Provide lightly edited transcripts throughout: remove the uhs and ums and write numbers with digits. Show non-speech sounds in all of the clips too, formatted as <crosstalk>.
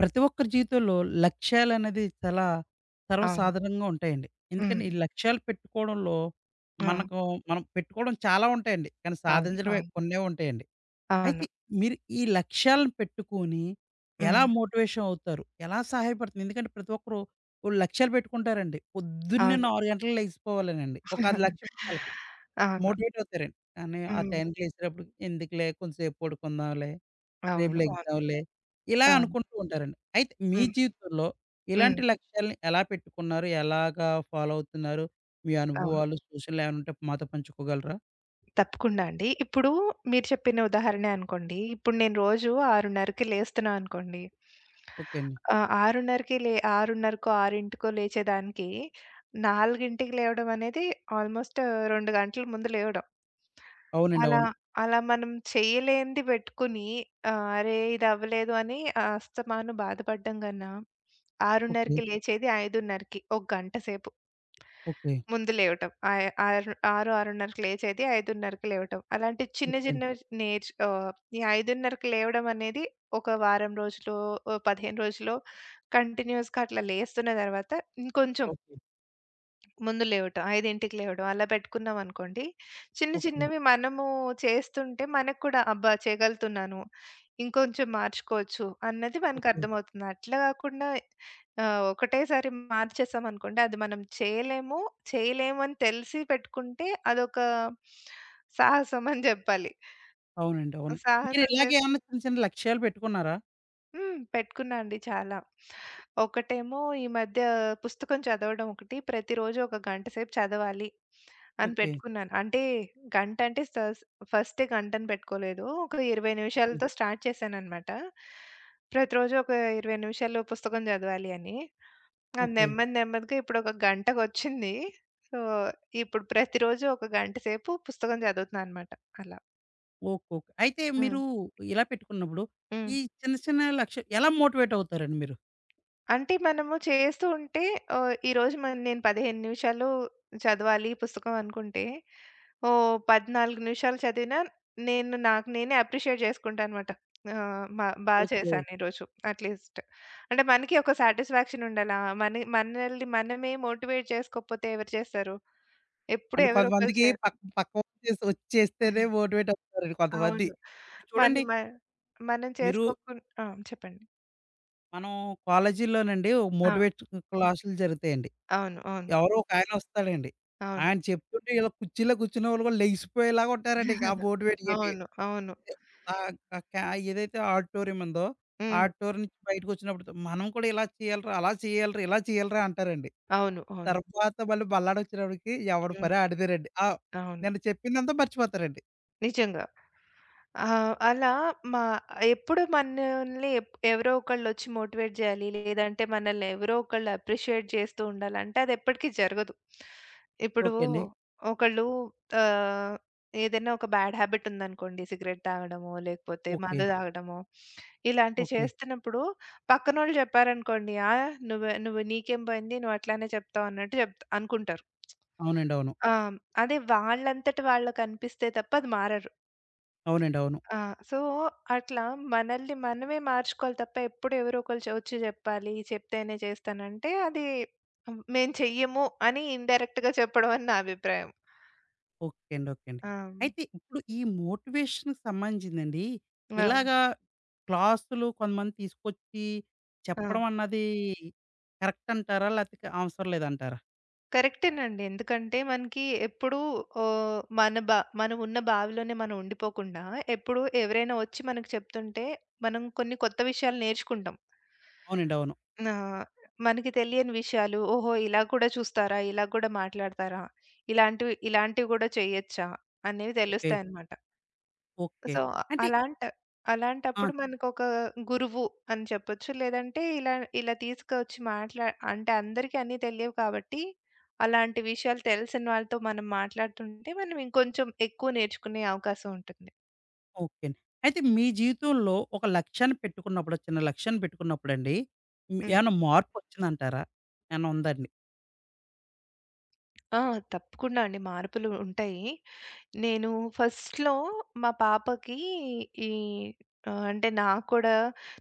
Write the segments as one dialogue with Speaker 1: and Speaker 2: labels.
Speaker 1: ప్రతి ఒక్కరి జీవితంలో లక్ష్యాలనేది చాలా
Speaker 2: అవును.
Speaker 1: సర్వసాధారణంగా ఉంటాయండి.
Speaker 2: హ్మ్.
Speaker 1: ఎందుకంటే ఈ లక్ష్యాలు పెట్టుకోవడంలో
Speaker 2: ఆ!
Speaker 1: మనకు మనం పెట్టుకోవడం చాలా ఉంటాయండి. కానీ సాధించడమే
Speaker 2: అవును.
Speaker 1: కొన్నే ఉంటాయండి.
Speaker 2: అవును. అవును.
Speaker 1: అయితే మీరు ఈ లక్ష్యాలను పెట్టుకొని ఎలా
Speaker 2: హ్మ్.
Speaker 1: మోటివేషన్ అవుతారు? ఎలా సహాయపడుతుంది? ఎందుకంటే ప్రతి ఒక్కరు ఓ లక్ష్యాలు పెట్టుకుంటారండి. పొద్దున్నే
Speaker 2: అవును.
Speaker 1: 4 గంటలకు లెగిసిపోవాలనండి. ఒక 10 లక్ష్యం వాళ్ళకి
Speaker 2: అవును.
Speaker 1: మోటివేట్ అవుతారండి. కానీ ఆ
Speaker 2: హ్మ్.
Speaker 1: టైంకి లేసినప్పుడు ఎందుకులే కొంచెంసేపు పడుకుందాంలే, రేపుల
Speaker 2: అవును. అవును.
Speaker 1: ఎగ్జామ్‌లే. ఇలా
Speaker 2: అవును.
Speaker 1: అనుకుంటూ ఉంటారండి. అయితే మీ
Speaker 2: హ్మ్.
Speaker 1: జీవితంలో ఇలాంటి
Speaker 2: హ్మ్.
Speaker 1: లక్ష్యాల్ని ఎలా పెట్టుకున్నారు? ఎలాగా ఫాలో అవుతున్నారు? మీ
Speaker 2: అవును.
Speaker 1: అనుభవాలు, సూచనలు ఏమైనా ఉంటే మాతో పంచుకోగలరా?
Speaker 2: తప్పకుండా అండి. ఇప్పుడు మీరు చెప్పిన ఉదాహరణే అనుకోండి. ఇప్పుడు నేను రోజు 6:30కి లేస్తున్నా అనుకోండి.
Speaker 1: ఓకే అండి.
Speaker 2: 6:30కి లే 6:30కో, 6:00కో లేచేదానికి 4:00కి లేవడం అనేది ఆల్మోస్ట్ 2 గంటల ముందు లేవడం.
Speaker 1: అవునండి,
Speaker 2: అలా
Speaker 1: అవును.
Speaker 2: అలా మనం చేయలేనిది పెట్టుకుని అరే! ఇది అవ్వలేదు అని అస్తమాను బాధపడడం కన్నా,
Speaker 1: ఓకే.
Speaker 2: 6:30కి లేచేది 5:30కి ఒక గంట సేపు
Speaker 1: ఓకే.
Speaker 2: ముందు లేవటం. 6:30కి లేచేది 5:30కి లేవటం. అలాంటి చిన్న
Speaker 1: ఓకే అండి.
Speaker 2: చిన్నవి ఈ 5:30కి లేవడం అనేది ఒక వారం రోజులో, ఓ 15 రోజులో కంటిన్యూయస్‌గా అట్లా లేస్తున్న తర్వాత ఇంకొంచెం
Speaker 1: ఓకే.
Speaker 2: ముందు లేవటం. 5కి లేవడం. అలా పెట్టుకున్నామనుకోండి, చిన్న
Speaker 1: ఓకే.
Speaker 2: చిన్నవి మనము చేస్తుంటే మనకు కూడా అబ్బా! చేయగలుగుతున్నాను. ఇంకొంచెం మార్చుకోవచ్చు అన్నది
Speaker 1: ఓకే.
Speaker 2: మనకర్థమవుతుంది. అట్లా కాకుండా ఒకటేసారి మార్చేసామనుకోండి అది మనం చేయలేము, చేయలేము అని తెలిసి పెట్టుకుంటే అదొక సాహసం అని జెప్పాలి.
Speaker 1: అవునండి, అవును. మీరు
Speaker 2: సాహసం
Speaker 1: ఇలాగే
Speaker 2: చేసి
Speaker 1: ఏమన్నా చిన్న చిన్న లక్ష్యాలు పెట్టుకున్నారా?
Speaker 2: హ్మ్. పెట్టుకున్నా అండి చాలా. ఒకటేమో ఈ మధ్య పుస్తకం చదవడం ఒకటి, ప్రతిరోజు ఒక గంట సేపు చదవాలి అని
Speaker 1: ఓకే.
Speaker 2: పెట్టుకున్నాను. అంటే గంట అంటే సస్ ఫస్టే గంటని పెట్టుకోలేదు. ఒక 20
Speaker 1: ఓకే.
Speaker 2: నిమిషాలతో స్టార్ట్ చేశాననమాట. ప్రతిరోజు ఒక 20 నిమిషాలు పుస్తకం చదవాలి అని. అది
Speaker 1: ఓకే.
Speaker 2: నెమ్మది నెమ్మదిగా ఇప్పుడొక గంటకొచ్చింది. సో, ఇప్పుడు ప్రతిరోజు ఒక గంట సేపు పుస్తకం చదువుతున్నా అనమాట అలా.
Speaker 1: ఓకే. ఓకే. అయితే
Speaker 2: హ్మ్.
Speaker 1: మీరు ఇలా పెట్టుకున్నప్పుడు
Speaker 2: హ్మ్.
Speaker 1: ఈ చిన్న చిన్న లక్ష్య ఎలా మోటివేట్ అవుతారండి మీరు?
Speaker 2: అంటే మనము చేస్తూ ఉంటే ఈరోజు నేను 15 నిమిషాలు చదవాలి ఈ పుస్తకం అనుకుంటే, ఓహ్! 14 నిమిషాలు చదివినా నాకు నేనే అప్రిషియేట్ చేసుకుంటానమాట. బా
Speaker 1: ఓకే.
Speaker 2: చేశాను ఈరోజు అట్‌లీస్ట్. అంటే మనకి ఒక సాటిస్ఫాక్షన్ ఉండాల. మనల్ని మనమే మోటివేట్ చేసుకోకపోతే ఎవరు చేస్తారు? ఎప్పుడు
Speaker 1: అంటే
Speaker 2: ఎవరో ఒకళ్ళు
Speaker 1: కొంతమందికి
Speaker 2: చే
Speaker 1: పక్క పక్క వాళ్ళు చేసి వచ్చి చేస్తేనే మోటివేట్ అవుతారండి కొంతమంది.
Speaker 2: అవును.
Speaker 1: ఇప్పుడు
Speaker 2: మన్ని
Speaker 1: చూడండి,
Speaker 2: మ మనం
Speaker 1: మీరు,
Speaker 2: చేసుకోకున్ ఆ! చెప్పండి.
Speaker 1: మనం కాలేజీ‌ల్లోనండి
Speaker 2: ఆ!
Speaker 1: మోటివేట్ క్లాసులు జరుగుతాయండి.
Speaker 2: అవును. అవును.
Speaker 1: ఎవరో ఒక ఆయన వస్తాడండి.
Speaker 2: అవును.
Speaker 1: ఆయన చెప్తుంటే ఏదో కుర్చీలో కూర్చున్నవాళ్ళు కూడా లెగిసిపోయేలాగా ఉంటారండి. ఆ
Speaker 2: <laughs>
Speaker 1: మోటివేట్ చేటి.
Speaker 2: అవును. అవును.
Speaker 1: క క ఏదైతే ఆడిటోరియం ఉందో,
Speaker 2: హ్మ్.
Speaker 1: ఆడిటోరియం నుంచి బయటకొచ్చినప్పుడు మనం కూడా ఇలా చేయాలిరా, అలా చేయాలిరా, ఇలా చేయాలిరా అంటారండి.
Speaker 2: అవును. అవును.
Speaker 1: తర్వాత మళ్ళీ మల్లాడొచ్చినప్పటికి ఎవడి
Speaker 2: హ్మ్.
Speaker 1: పని ఆడిదేనండి. ఆ!
Speaker 2: అవును.
Speaker 1: నిన్న చెప్పిందంతా మర్చిపోతారండి.
Speaker 2: నిజంగా. అలా మా ఎప్పుడు మనల్ని ఎవరో ఒకళ్ళొచ్చి మోటివేట్ జేయాలి, లేదంటే మనల్ని ఎవరో ఒకళ్ళు అప్రిషియేట్ చేస్తూ ఉండాలంటే అదెప్పటికి జరగదు. ఇప్పుడు
Speaker 1: ఓకే అండి.
Speaker 2: ఒకళ్ళు ఆహ్, ఏదైనా ఒక బ్యాడ్ హ్యాబిట్ ఉందనుకోండి. సిగరెట్ తాగడమో, లేకపోతే
Speaker 1: ఓకే.
Speaker 2: మందు తాగడమో, ఇలాంటివి
Speaker 1: ఓకే.
Speaker 2: చేస్తున్నప్పుడు పక్కనోళ్ళు చెప్పారనుకోండి. "ఆ! నువ్వు నీకేం పోయింది? నువ్వు అట్లానే చెప్తావు" అన్నట్టు చెప్తా అనుకుంటారు.
Speaker 1: అవునండి, అవును.
Speaker 2: ఆ! అదే వాళ్ళంతట వాళ్ళు కనిపిస్తే తప్ప అది మారరు.
Speaker 1: అవునండి, అవును.
Speaker 2: ఆ! సో, అట్లా మనల్ని మనమే మార్చుకోవాలి తప్ప ఎప్పుడు ఎవరో ఒకళ్ళు వచ్చి చెప్పాలి, చెప్తేనే చేస్తానంటే అది హ్మ్, మేము చెయ్యము అని ఇండైరెక్ట్‌గా చెప్పడం అని నా అభిప్రాయం.
Speaker 1: ఓకే అండి. ఓకే అండి.
Speaker 2: ఆ!
Speaker 1: అయితే ఇప్పుడు ఈ మోటివేషన్‌కి సంబంధించిందండి.
Speaker 2: ఆ!
Speaker 1: ఇలాగా క్లాసులు కొంతమంది తీసుకొచ్చి
Speaker 2: ఆ!
Speaker 1: చెప్పడం అన్నది కరెక్ట్ అంటారా? లేకపోతే అవసరం లేదంటారా?
Speaker 2: కరెక్టేనండి. ఎందుకంటే మనకి ఎప్పుడూ మన బా మనం ఉన్న బావిలోనే మనం ఉండిపోకుండా ఎప్పుడు ఎవరైనా వచ్చి మనకు చెప్తుంటే మనం కొన్ని కొత్త విషయాలు నేర్చుకుంటాం.
Speaker 1: అవునండి, అవును.
Speaker 2: ఆ! మనకి తెలియని విషయాలు, ఓహో! ఇలా కూడా చూస్తారా? ఇలా కూడా మాట్లాడతారా? ఇలాంటివి ఇలాంటివి కూడా చేయొచ్చా? అనేవి
Speaker 1: ఓకే.
Speaker 2: తెలుస్తాయన్నమాట.
Speaker 1: ఓకే.
Speaker 2: సో,
Speaker 1: అంటే
Speaker 2: అలాంట
Speaker 1: ఆ!
Speaker 2: అలాంటప్పుడు మనకొక గురువు అని చెప్పొచ్చు. లేదంటే ఇలా ఇలా తీసుకొచ్చి మాట్లా అంటే అందరికీ అన్నీ తెలియవు కాబట్టి, అలాంటి విషయాలు తెలిసిన వాళ్ళతో మనం మాట్లాడుతుంటే మనం ఇంకొంచెం ఎక్కువ నేర్చుకునే అవకాశం ఉంటుంది.
Speaker 1: ఓకే అండి. అయితే మీ జీవితంలో ఒక లక్ష్యాన్ని పెట్టుకున్నప్పుడు, చిన్న లక్ష్యాన్ని పెట్టుకున్నప్పుడండి, హ్మ్,
Speaker 2: హ్మ్.
Speaker 1: ఏమన్నా మార్పొచ్చిందంటారా? ఏమన్నా ఉందా అండి?
Speaker 2: ఆ! తప్పకుండా అండి. మార్పులు ఉంటాయి. నేను ఫస్ట్‌లో మా పాపకి ఈ అంటే నాకు కూడా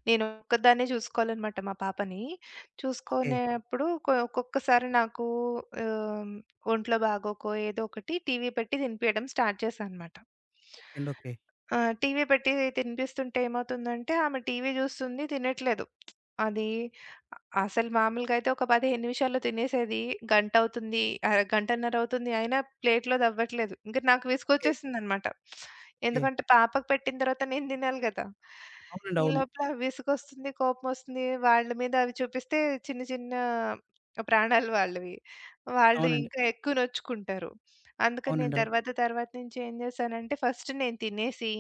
Speaker 2: నేను ఒక్కదాన్నే చూసుకోవాలనమాట మా పాపని.
Speaker 1: ఓకే.
Speaker 2: చూసుకునేప్పుడు ఒక్కొక్కసారి నాకు ఆహ్, ఒంట్లో బాగోకో ఏదో ఒకటి టీవీ పెట్టి తినిపియడం స్టార్ట్ చేశా అనమాట.
Speaker 1: ఓకే అండి. ఓకే.
Speaker 2: ఆ! టీవీ పెట్టి తినిపిస్తుంటే ఏమవుతుందంటే, ఆమె టీవీ జూస్తుంది తినట్లేదు. అది అసలు మామూలుగా అయితే ఒక 15 నిమిషాల్లో తినేసేది. గంట అవుతుంది, గంటన్నర అవుతుంది అయినా ప్లేట్‌లో దవ్వట్లేదు. ఇంక నాకు
Speaker 1: ఓకే.
Speaker 2: విసుగొచ్చేసిందనమాట.
Speaker 1: ఓకే.
Speaker 2: ఎందుకంటే పాపకు పెట్టిన తర్వాత నేను తినాలి గదా!
Speaker 1: అవునండి,
Speaker 2: ఈ
Speaker 1: అవును.
Speaker 2: లోపల విసుగొస్తుంది, కోపమొస్తుంది. వాళ్ళ మీద అవి చూపిస్తే చిన్న చిన్న ప్రాణాలు వాళ్ళవి. వాళ్ళు
Speaker 1: అవునండి.
Speaker 2: ఇంకా ఎక్కువ నొచ్చుకుంటారు. అందుకని నేను
Speaker 1: అవునండి. అవు
Speaker 2: తర్వాత తర్వాత నుంచి ఏం జేశానంటే ఫస్ట్ నేను తినేసి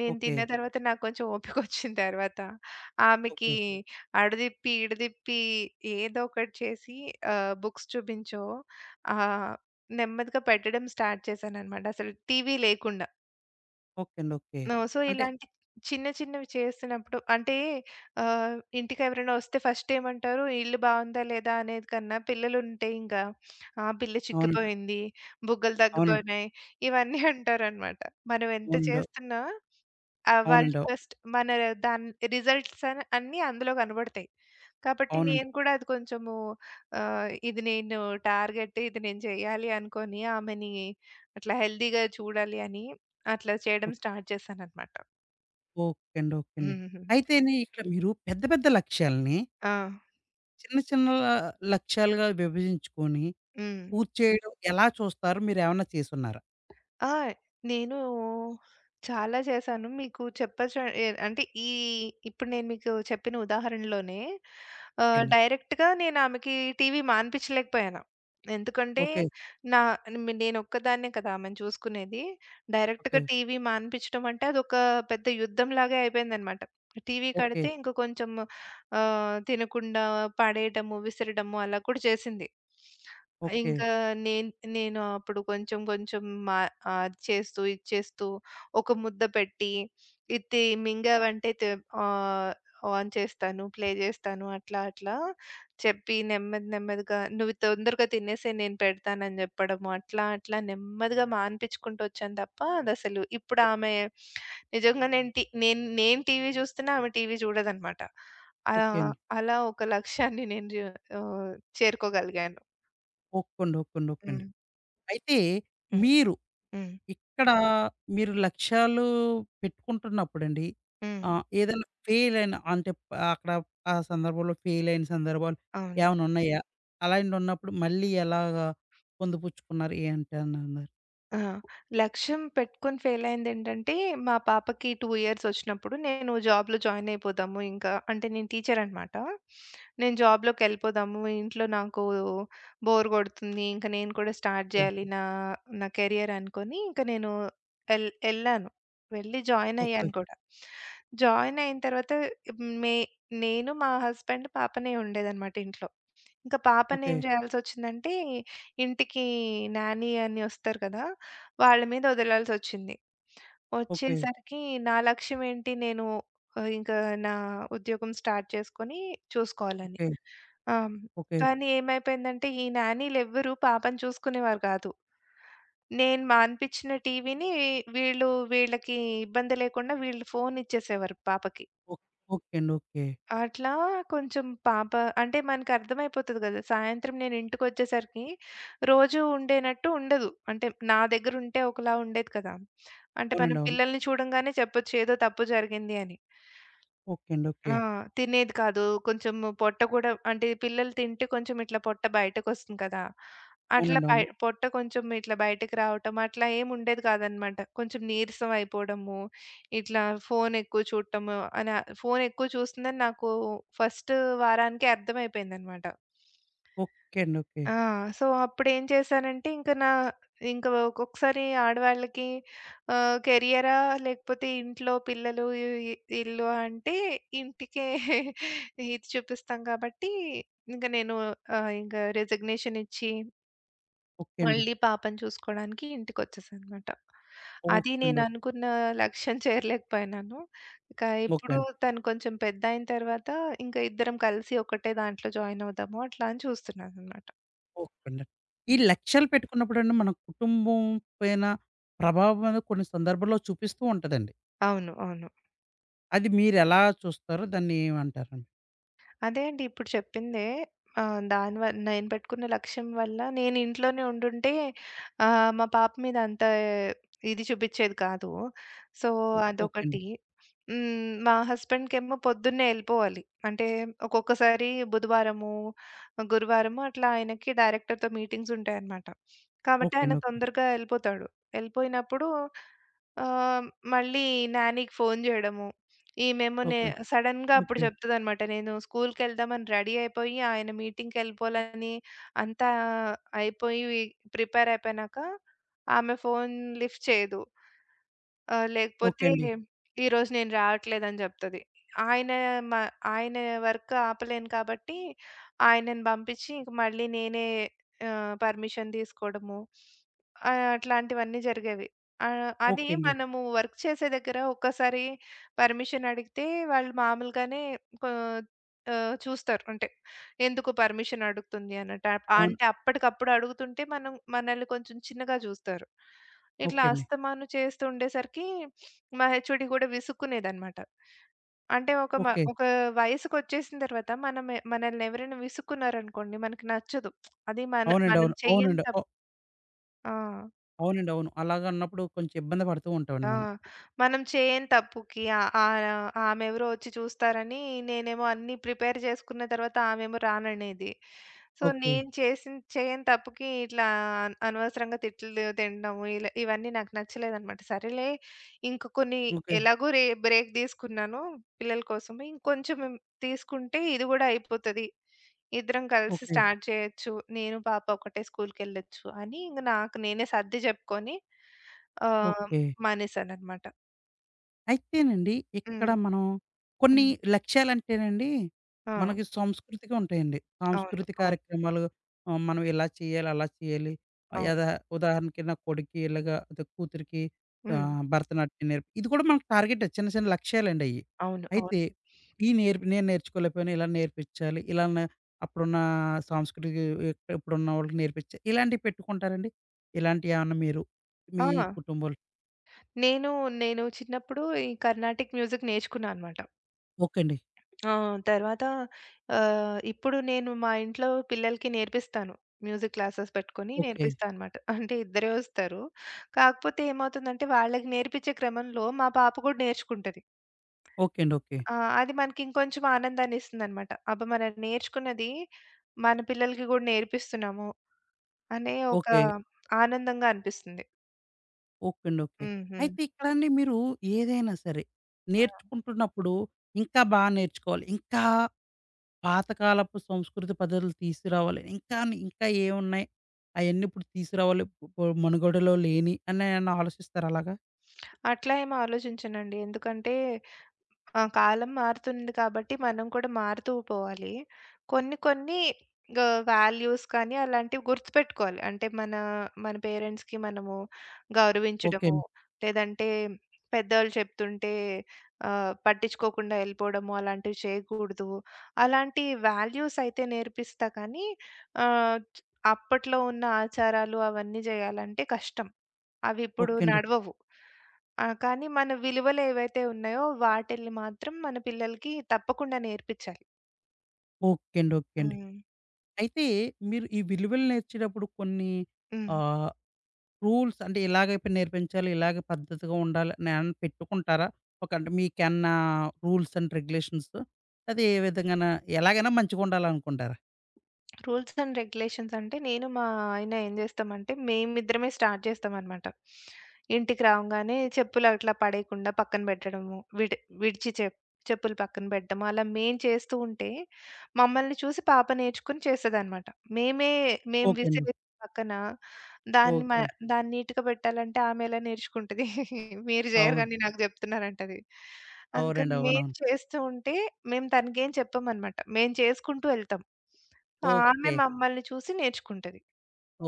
Speaker 2: నేను
Speaker 1: ఓకే.
Speaker 2: తిన్న తర్వాత నాకు కొంచెం ఓపికొచ్చిన తర్వాత ఆమెకి
Speaker 1: ఓకే.
Speaker 2: అడదిప్పి, ఇడదిప్పి ఏదో ఒకటి చేసి బుక్స్ చూపించో ఆహ్, నెమ్మదిగా పెట్టడం స్టార్ట్ చేశాననమాట. అసలు టీవీ లేకుండా.
Speaker 1: ఓకే అండి. ఓకే.
Speaker 2: సో,
Speaker 1: అంటే
Speaker 2: ఇలాంటి చిన్న చిన్నవి చేస్తున్నప్పుడు అంటే ఆహ్, ఇంటికెవరైనా వస్తే ఫస్ట్ ఏమంటారు ఇల్లు బావుందా లేదా అనేది కన్నా పిల్లలుంటే ఇంకా "ఆ! పిల్ల
Speaker 1: అవునండి.
Speaker 2: చిక్కిపోయింది, బుగ్గలు
Speaker 1: అవునండి.
Speaker 2: తగ్గిపోయినాయి" ఇవన్నీ అంటారనమాట. మనం ఎంత
Speaker 1: అవునండి.
Speaker 2: చేస్తున్నా ఆ! వాళ్ళు
Speaker 1: అవునండి. అవు
Speaker 2: ఫస్ట్ దాని రిజల్ట్స్ అని అన్నీ అందులో కనబడతాయి. కాబట్టి
Speaker 1: అవునండి.
Speaker 2: నేను కూడా అది కొంచెము ఇది నేను టార్గెట్ ఇది నేను చేయాలి అనుకోని ఆమెని అట్లా హెల్తీ‌గా చూడాలి అని అట్లా చేయడం
Speaker 1: ఓకే.
Speaker 2: స్టార్ట్ చేశాననమాట.
Speaker 1: ఓకే అండి. ఓకే అండి.
Speaker 2: హుహు.
Speaker 1: అయితేని ఇక్కడ మీరు పెద్ద పెద్ద లక్ష్యాల్ని
Speaker 2: ఆ!
Speaker 1: చిన్న చిన్న లక్ష్యాలుగా విభజించుకొని
Speaker 2: హ్మ్.
Speaker 1: పూర్తి చేయడం ఎలా చూస్తారు? మీరేమన్నా చేసున్నారా?
Speaker 2: ఆ! నేను చాలా చేశాను. మీకు చెప్పొచ్చు ఎ అంటే ఈ ఇప్పుడు నేను మీకు చెప్పిన ఉదాహరణలోనే
Speaker 1: ఓకే అండి.
Speaker 2: డైరెక్ట్‌గా నేను ఆమెకి టీవీ మానిపించలేకపోయాను. ఎందుకంటే
Speaker 1: ఓకే.
Speaker 2: నా నేను ఒక్కదాన్నే కదా ఆమెను చూసుకునేది. డైరెక్ట్‌గా
Speaker 1: ఓకే.
Speaker 2: టీవీ మానిపించడం అంటే అదొక పెద్ద యుద్ధంలాగే అయిపోయిందనమాట. TV
Speaker 1: okay.
Speaker 2: కడితే ఇంక కొంచెం తినకుండా పడేయటము, విసరడము అలా కూడా చేసింది.
Speaker 1: ఓకే.
Speaker 2: ఇంకా నేను నేను అప్పుడు కొంచెం కొంచెం అది చేస్తూ, ఇది చేస్తూ ఒక ముద్ద పెట్టి, ఇది
Speaker 1: ఓకే.
Speaker 2: మింగావంటే తె ఆహ్, ఆన్ చేస్తాను, ప్లే చేస్తాను అట్లా అట్లా చెప్పి నెమ్మది నెమ్మదిగా నువ్వు తొందరగా తినేసేయి నేను పెడతానని చెప్పడము. అట్లా అట్లా నెమ్మదిగా మానిపించుకుంటూ వచ్చాను తప్ప అదసలు ఇప్పుడు
Speaker 1: ఓకే. ఓకే అండి.
Speaker 2: ఆమె నిజంగా నేను టి నేను నేను టీవీ చూస్తున్నా ఆమె టీవీ చూడదనమాట. అలా
Speaker 1: ఓకే అండి.
Speaker 2: అలా ఒక లక్ష్యాన్ని నేను జ ఆహ్, చేరుకోగలిగాను.
Speaker 1: ఓకే అండి. ఓకే
Speaker 2: హ్మ్.
Speaker 1: అండి. అయితే
Speaker 2: హ్మ్.
Speaker 1: మీరు
Speaker 2: హ్మ్.
Speaker 1: ఇక్కడ మీరు లక్ష్యాలు పెట్టుకుంటున్నప్పుడండి,
Speaker 2: హ్మ్.
Speaker 1: ఏదైనా ఫెయిల్ అయిన అంటే ప- అక్కడ ఆ సందర్భంలో ఫెయిల్ అయిన సందర్భాలు
Speaker 2: అవును.
Speaker 1: ఏమైనా ఉన్నాయా? అలాంటివి ఉన్నప్పుడు మళ్ళీ ఎలాగా పొందుపుచ్చుకున్నారు? ఏంటన్నారు?
Speaker 2: ఆ! లక్ష్యం పెట్టుకొని ఫెయిల్ అయిందేంటంటే, మా పాపకి 2 ఇయర్స్ వచ్చినప్పుడు నేను జాబ్‌లో జాయిన్ అయిపోదాము ఇంకా అంటే నేను టీచర్ అనమాట. నేను జాబ్‌లోకెళ్ళిపోదాము. ఇంట్లో నాకు బోర్ కొడుతుంది. ఇంక నేను కూడా స్టార్ట్
Speaker 1: ఓకే.
Speaker 2: చేయాలి నా నా కెరియర్ అనుకోని ఇంక నేను ఎళ్ళాను. వెళ్ళి జాయిన్
Speaker 1: ఓకే.
Speaker 2: అయ్యాను కూడా. జాయిన్ అయిన తర్వాత మే నేను, మా హస్బెండ్, పాపనే ఉండేదనమాట ఇంట్లో. ఇంక
Speaker 1: ఓకే.
Speaker 2: పాపనేం జేయాల్సొచ్చిందంటే, ఇంటికి నాని అని ఒస్తారు కదా! వాళ్ళ మీద ఒదలాల్సొచ్చింది. ఒచ్చేసరికి నా లక్ష్యమేంటి నేను ఇంకా నా ఉద్యోగం స్టార్ట్ చేసుకొని చూసుకోవాలని.
Speaker 1: ఓకే.
Speaker 2: ఆ!
Speaker 1: ఓకే. ఓకే.
Speaker 2: కానీ ఏమైపోయిందంటే, ఈ నానీలెవ్వరూ పాపని చూసుకునేవారు గాదు. నేను మాన్పిచ్చిన టీవీని వీళ్ళు వీళ్ళకి ఇబ్బంది లేకుండా వీళ్ళు ఫోనిచ్చేసేవారు పాపకి.
Speaker 1: ఓ ఓకే అండి. ఓకే.
Speaker 2: అట్లా కొంచెం పాప అంటే మనకర్థమైపోతది గదా! సాయంత్రం నేను ఇంటికొచ్చేసరికి రోజు ఉండేనట్టు ఉండదు. అంటే నా దగ్గరుంటే ఒకలా ఉండేది కదా! అంటే మనం
Speaker 1: అవునండి, అవును.
Speaker 2: పిల్లల్ని చూడంగానే చెప్పొచ్చు ఏదో తప్పు జరిగింది అని.
Speaker 1: ఓకే అండి.
Speaker 2: ఆ!
Speaker 1: ఓకే.
Speaker 2: తినేది కాదు. కొంచెం పొట్ట కూడా అంటే పిల్లలు తింటే కొంచెం ఇట్లా పొట్ట బయటకొస్తుంది కదా! అట్లా
Speaker 1: అవునండి, అవును.
Speaker 2: పొట్ట కొంచెం ఇట్లా బయటకి రావటం అట్లా ఏమి ఉండేది కాదనమాట. కొంచెం నీరసం అయిపోవడము, ఇట్లా ఫోను ఎక్కువ చూడటము అని ఫోను ఎక్కువ చూస్తుందని నాకు ఫస్ట్ వారానికే అర్థమైపోయిందనమాట.
Speaker 1: ఓకే అండి. ఓకే.
Speaker 2: ఆ! సో, అప్పుడేం చేశానంటే, ఇంక ఒక్కొక్కసారి ఆడవాళ్ళకి కెరియరా లేకపోతే ఇంట్లో పిల్లలు, ఇ ఇ ఇల్లు అంటే ఇంటికే <laughs> ఇది చూపిస్తాం కాబట్టి, ఇంక నేను ఇంక రిజిగ్నేషన్ ఇచ్చి,
Speaker 1: ఓకే అండి.
Speaker 2: మళ్ళీ పాపని చూసుకోడానికి ఇంటికొచ్చేసాననమాట. అది
Speaker 1: ఓకే అండి.
Speaker 2: నేననుకున్న లక్ష్యం చేరలేకపోయినాను. ఇక
Speaker 1: ఓకే
Speaker 2: ఇప్పుడు
Speaker 1: అండి.
Speaker 2: తను కొంచెం పెద్దయిన తర్వాత, ఇంక ఇద్దరం కలిసి ఒకటే దాంట్లో జాయిన్ అవుదాము, అట్లా అని చూస్తున్నాననమాట.
Speaker 1: ఓకే. ఈ లక్ష్యాలు పెట్టుకున్నప్పుడండి మన కుటుంబం పైన ప్రభావం అనేది కొన్ని సందర్భాల్లో చూపిస్తూ ఉంటదండి.
Speaker 2: అవును. అవును.
Speaker 1: అది మీరెలా చూస్తారో దాన్ని ఏమంటారండి?
Speaker 2: అదే అండి ఇప్పుడు చెప్పిందే దాని వల్ల నేను పెట్టుకున్న లక్ష్యం వల్ల నేను ఇంట్లోనే ఉండుంటే మా పాప మీద అంత ఇది చూపిచ్చేది కాదు. సో,
Speaker 1: ఓ ఓకే అండి.
Speaker 2: అదొకటి. హ్మ్. మా హస్బెండ్‌కేమో పొద్దున్నే ఎళ్ళిపోవాలి. అంటే ఒక్కొక్కసారి బుధవారము, గురువారము అట్లా ఆయనకి డైరెక్టర్‌తో మీటింగ్స్ ఉంటాయన్నమాట. కాబట్టి
Speaker 1: ఓకే
Speaker 2: ఆయన
Speaker 1: అండి. ఓకే.
Speaker 2: తొందరగా ఎళ్ళిపోతాడు. ఎళ్ళిపోయినప్పుడు ఆహ్, మళ్ళీ నానీకి ఫోను జేయడము, ఈమేమో నే
Speaker 1: ఓకే.
Speaker 2: సడెన్‌గా అప్పుడు
Speaker 1: ఓకే.
Speaker 2: చెప్తదనమాట. నేను స్కూల్‌కెళ్దామని రెడీ అయిపోయి, ఆయన మీటింగ్‌కెళ్ళిపోవాలని అంతా అయిపోయి ప్రిపేర్ అయిపోయినాక, ఆమె ఫోన్ లిఫ్ట్ చేయదు. ఆ!
Speaker 1: ఓకే
Speaker 2: లేకపోతే
Speaker 1: అండి.
Speaker 2: ఈరోజు నేను రావట్లేదని జెప్తది. ఆయన మ ఆయన వర్క్ ఆపలేను కాబట్టి ఆయనని బంపించి ఇంక మళ్ళీ నేనే పర్మిషన్ తీసుకోవడము అట్లాంటివన్నీ జరిగేవి. అది
Speaker 1: ఓకే అండి.
Speaker 2: మనము వర్క్ చేసే దగ్గర ఒక్కసారి పర్మిషన్ అడిగితే వాళ్ళు మామూలుగానే కొ చూస్తారు. అంటే ఎందుకు పర్మిషన్ అడుగుతుంది అన్నట్టు.
Speaker 1: అవును.
Speaker 2: అప్పటికప్పుడు అడుగుతుంటే మనం మనల్ని కొంచెం చిన్నగా జూస్తారు. ఇట్లా
Speaker 1: ఓకే అండి.
Speaker 2: అస్తమాను చేస్తూ ఉండేసరికి మా హెచ్ఓడి కూడా విసుక్కునేదనమాట. అంటే
Speaker 1: ఓకే.
Speaker 2: ఒక వయసుకొచ్చేసిన తర్వాత మనమే మనల్ని ఎవరైనా విసుక్కున్నారనుకోండి మనకి నచ్చదు. అది
Speaker 1: అవునండి,
Speaker 2: మనం
Speaker 1: అవును.
Speaker 2: చెయ్యని
Speaker 1: అవునండి. ఓ
Speaker 2: తప్ ఆ!
Speaker 1: అవునండి, అవును. అలాగన్నప్పుడు కొంచెం ఇబ్బంది పడుతూ
Speaker 2: ఆ!
Speaker 1: ఉంటామండి మనం.
Speaker 2: మనం చేయని తప్పుకి ఆహ్, ఆహ్, ఆమెవరో వచ్చి చూస్తారని నేనేమో అన్నీ ప్రిపేర్ చేసుకున్న తర్వాత ఆమెమో రాననేది. So,
Speaker 1: okay.
Speaker 2: నేను చేసిన చేయని తప్పుకి ఇట్లా అనవసరంగా తిట్లు తినడము ఇలా ఇవన్నీ నాకు నచ్చలేదనమాట. సరేలే ఇంక కొన్ని
Speaker 1: ఓకే.
Speaker 2: ఎలాగో రే బ్రేక్ తీసుకున్నాను పిల్లల కోసం. ఇంకొంచెం తీసుకుంటే ఇది కూడా అయిపోతది. ఇద్దరం కలిసి
Speaker 1: ఓకే.
Speaker 2: స్టార్ట్ చేయొచ్చు. నేను పాప ఒకటే స్కూల్‌కెళ్ళొచ్చు అని ఇంక నాకు నేనే సర్ది చెప్పుకొని ఆ!
Speaker 1: ఓకే.
Speaker 2: మానేశాననమాట.
Speaker 1: అయితేనండి,
Speaker 2: హ్మ్.
Speaker 1: ఇక్కడ మనం కొన్ని
Speaker 2: హ్మ్.
Speaker 1: లక్ష్యాలంటేనండి,
Speaker 2: ఆ!
Speaker 1: మనకి సంస్కృతిగా ఉంటాయండి.
Speaker 2: అవును.
Speaker 1: సాంస్కృతి
Speaker 2: అవును.
Speaker 1: కార్యక్రమాలు, మనం ఇలా చేయాలి, అలా చేయాలి.
Speaker 2: అవును.
Speaker 1: యదా ఉదాహరణకి నా కొడుక్కి ఇలాగా అదే కూతురికి,
Speaker 2: హ్మ్.
Speaker 1: భరతనాట్యం నేర్పి ఇది కూడా మనకు టార్గెటే, చిన్న చిన్న లక్ష్యాలండి అయి.
Speaker 2: అవును. అవును.
Speaker 1: అయితే ఈ నేర్పి నేను నేర్చుకోలేకపోయాను, ఇలా నేర్పించాలి. ఇలా నే అప్పుడున్న సాంస్కృతిక ఇప్పుడున్న వాళ్ళకి నేర్పించాలి. ఇలాంటివి పెట్టుకుంటారండి? ఇలాంటియేమన్నా మీరు మీ
Speaker 2: ఆ!
Speaker 1: కుటుంబాలు
Speaker 2: నేను, నేను చిన్నప్పుడు ఈ కర్ణాటిక్ మ్యూజిక్ నేర్చుకున్నా అనమాట.
Speaker 1: ఓకే అండి.
Speaker 2: ఆ! తర్వాత ఇప్పుడు నేను మా ఇంట్లో పిల్లలకి నేర్పిస్తాను. మ్యూజిక్ క్లాసెస్ పెట్టుకొని
Speaker 1: ఓకే.
Speaker 2: నేర్పిస్తా అనమాట. అంటే ఇద్దరే వస్తారు. కాకపోతే ఏమవుతుందంటే వాళ్ళకి నేర్పించే క్రమంలో మా పాప కూడా నేర్చుకుంటది.
Speaker 1: ఓకే అండి. ఓకే.
Speaker 2: ఆ! అది మనకి ఇంకొంచెం ఆనందాన్నిస్తుందనమాట. అబ్బా! మనం నేర్చుకున్నది మన పిల్లలకి కూడా నేర్పిస్తున్నాము. అనే ఒక
Speaker 1: ఓకే.
Speaker 2: ఆనందంగా అనిపిస్తుంది.
Speaker 1: ఓకే అండి. ఓకే.
Speaker 2: హ్మ్. హ్మ్.
Speaker 1: అయితే ఇక్కడండి మీరు ఏదైనా సరే
Speaker 2: ఆ!
Speaker 1: నేర్చుకుంటున్నప్పుడు ఇంకా బా నేర్చుకోవాలి. ఇంకా పాతకాలపు సంస్కృతి పద్ధతులు తీసుకురావాలి. ఇంకాను ఇంకా ఏమున్నాయి? అయన్నీ ఇప్పుడు తీసుకురావాలి. ఇప్పుడు మనుగడలో లేని అని ఏమన్నా ఆలోచిస్తారా అలాగా?
Speaker 2: అట్లా ఏమి ఆలోచించనండి. ఎందుకంటే ఆ! కాలం మారుతుంది కాబట్టి మనం కూడా మారుతూ పోవాలి. కొన్ని కొన్ని వాల్యూస్ కానీ అలాంటివి గుర్తుపెట్టుకోవాలి. అంటే మన మన పేరెంట్స్‌కి మనము
Speaker 1: ఓకే
Speaker 2: గౌరవించడము,
Speaker 1: అండి.
Speaker 2: లేదంటే పెద్దోళ్ళు చెప్తుంటే పట్టించుకోకుండా ఎళ్ళిపోవడము అలాంటివి చేయకూడదు. అలాంటి వాల్యూస్ అయితే నేర్పిస్తా కానీ ఆహ్, చ్ అప్పట్లో ఉన్న ఆచారాలు అవన్నీ చేయాలంటే కష్టం. అవి ఇప్పుడు
Speaker 1: ఓకే అండి.
Speaker 2: నడవవు. ఆ! కానీ మన విలువలేవైతే ఉన్నాయో వాటిల్ని మాత్రం మన పిల్లలకి తప్పకుండా నేర్పిచ్చాలి.
Speaker 1: ఓకే అండి. ఓకే అండి.
Speaker 2: హ్మ్.
Speaker 1: అయితే మీరు ఈ విలువలు నేర్చేటప్పుడు కొన్ని
Speaker 2: హ్మ్.
Speaker 1: ఆహ్ రూల్స్ అంటే ఇలాగే పి నేర్పించాలి, ఇలాగే పద్ధతిగా ఉండాలి నేన్ పెట్టుకుంటారా? ఒక అంటే మీకేమన్నా రూల్స్ అండ్ రెగ్యులేషన్స్ అది ఏ విధంగాన ఎలాగైనా మంచిగుండాలనుకుంటారా?
Speaker 2: రూల్స్ అండ్ రెగ్యులేషన్స్ అంటే నేను, మా ఆయన ఏం జేస్తామంటే, మేమిద్దరమే స్టార్ట్ జేస్తామనమాట. ఇంటికి రావంగానే చెప్పులు అట్లా పడేయకుండా పక్కన బెట్టడము, విడిచి చెప్పులు పక్కన బెట్టడము, అలా మేం చేస్తూ ఉంటే, మమ్మల్ని చూసి పాప నేర్చుకొని చేస్తదనమాట. మేమే మేము
Speaker 1: ఓకే అండి.
Speaker 2: విసిరేసి పక్కన దాన్ని మ
Speaker 1: ఓకే అండి.
Speaker 2: దాన్ని నీట్‌గా బెట్టాలంటే ఆమె ఎలా నేర్చుకుంటది? <laughs> మీరు జేయరు
Speaker 1: అవును.
Speaker 2: గానీ నాకు జెప్తున్నారంటది. అందుకని
Speaker 1: అవునండి.
Speaker 2: మేము
Speaker 1: అవునవును.
Speaker 2: చేస్తూ ఉంటే, మేము తనకేం చెప్పమనమాట. మేము చేసుకుంటూ ఎళ్తాం. ఆమె
Speaker 1: ఓకే.
Speaker 2: మమ్మల్ని చూసి నేర్చుకుంటది.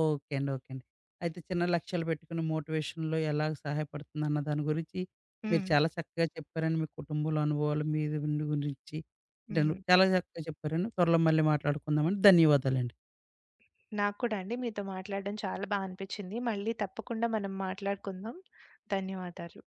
Speaker 1: ఓకే అండి. ఓకే అండి. అయితే చిన్న లక్ష్యాలు పెట్టుకుని మోటివేషన్‌లో ఎలాగ సహాయపడుతుందన్న దాని గురించి మీరు
Speaker 2: హ్మ్.
Speaker 1: చాలా చక్కగా చెప్పారండి. మీ కుటుంబంలో అనుభవాలు, మీ గురించి ఇటను
Speaker 2: హ్మ్.
Speaker 1: చాలా చక్కగా చెప్పారండి. త్వరలో మళ్ళీ మాట్లాడుకుందామండి. ధన్యవాదాలండి.
Speaker 2: నాకు కూడా అండి మీతో మాట్లాడడం చాలా బా అనిపిచ్చింది. మళ్ళీ తప్పకుండా మనం మాట్లాడుకుందాం. ధన్యవాదాలు.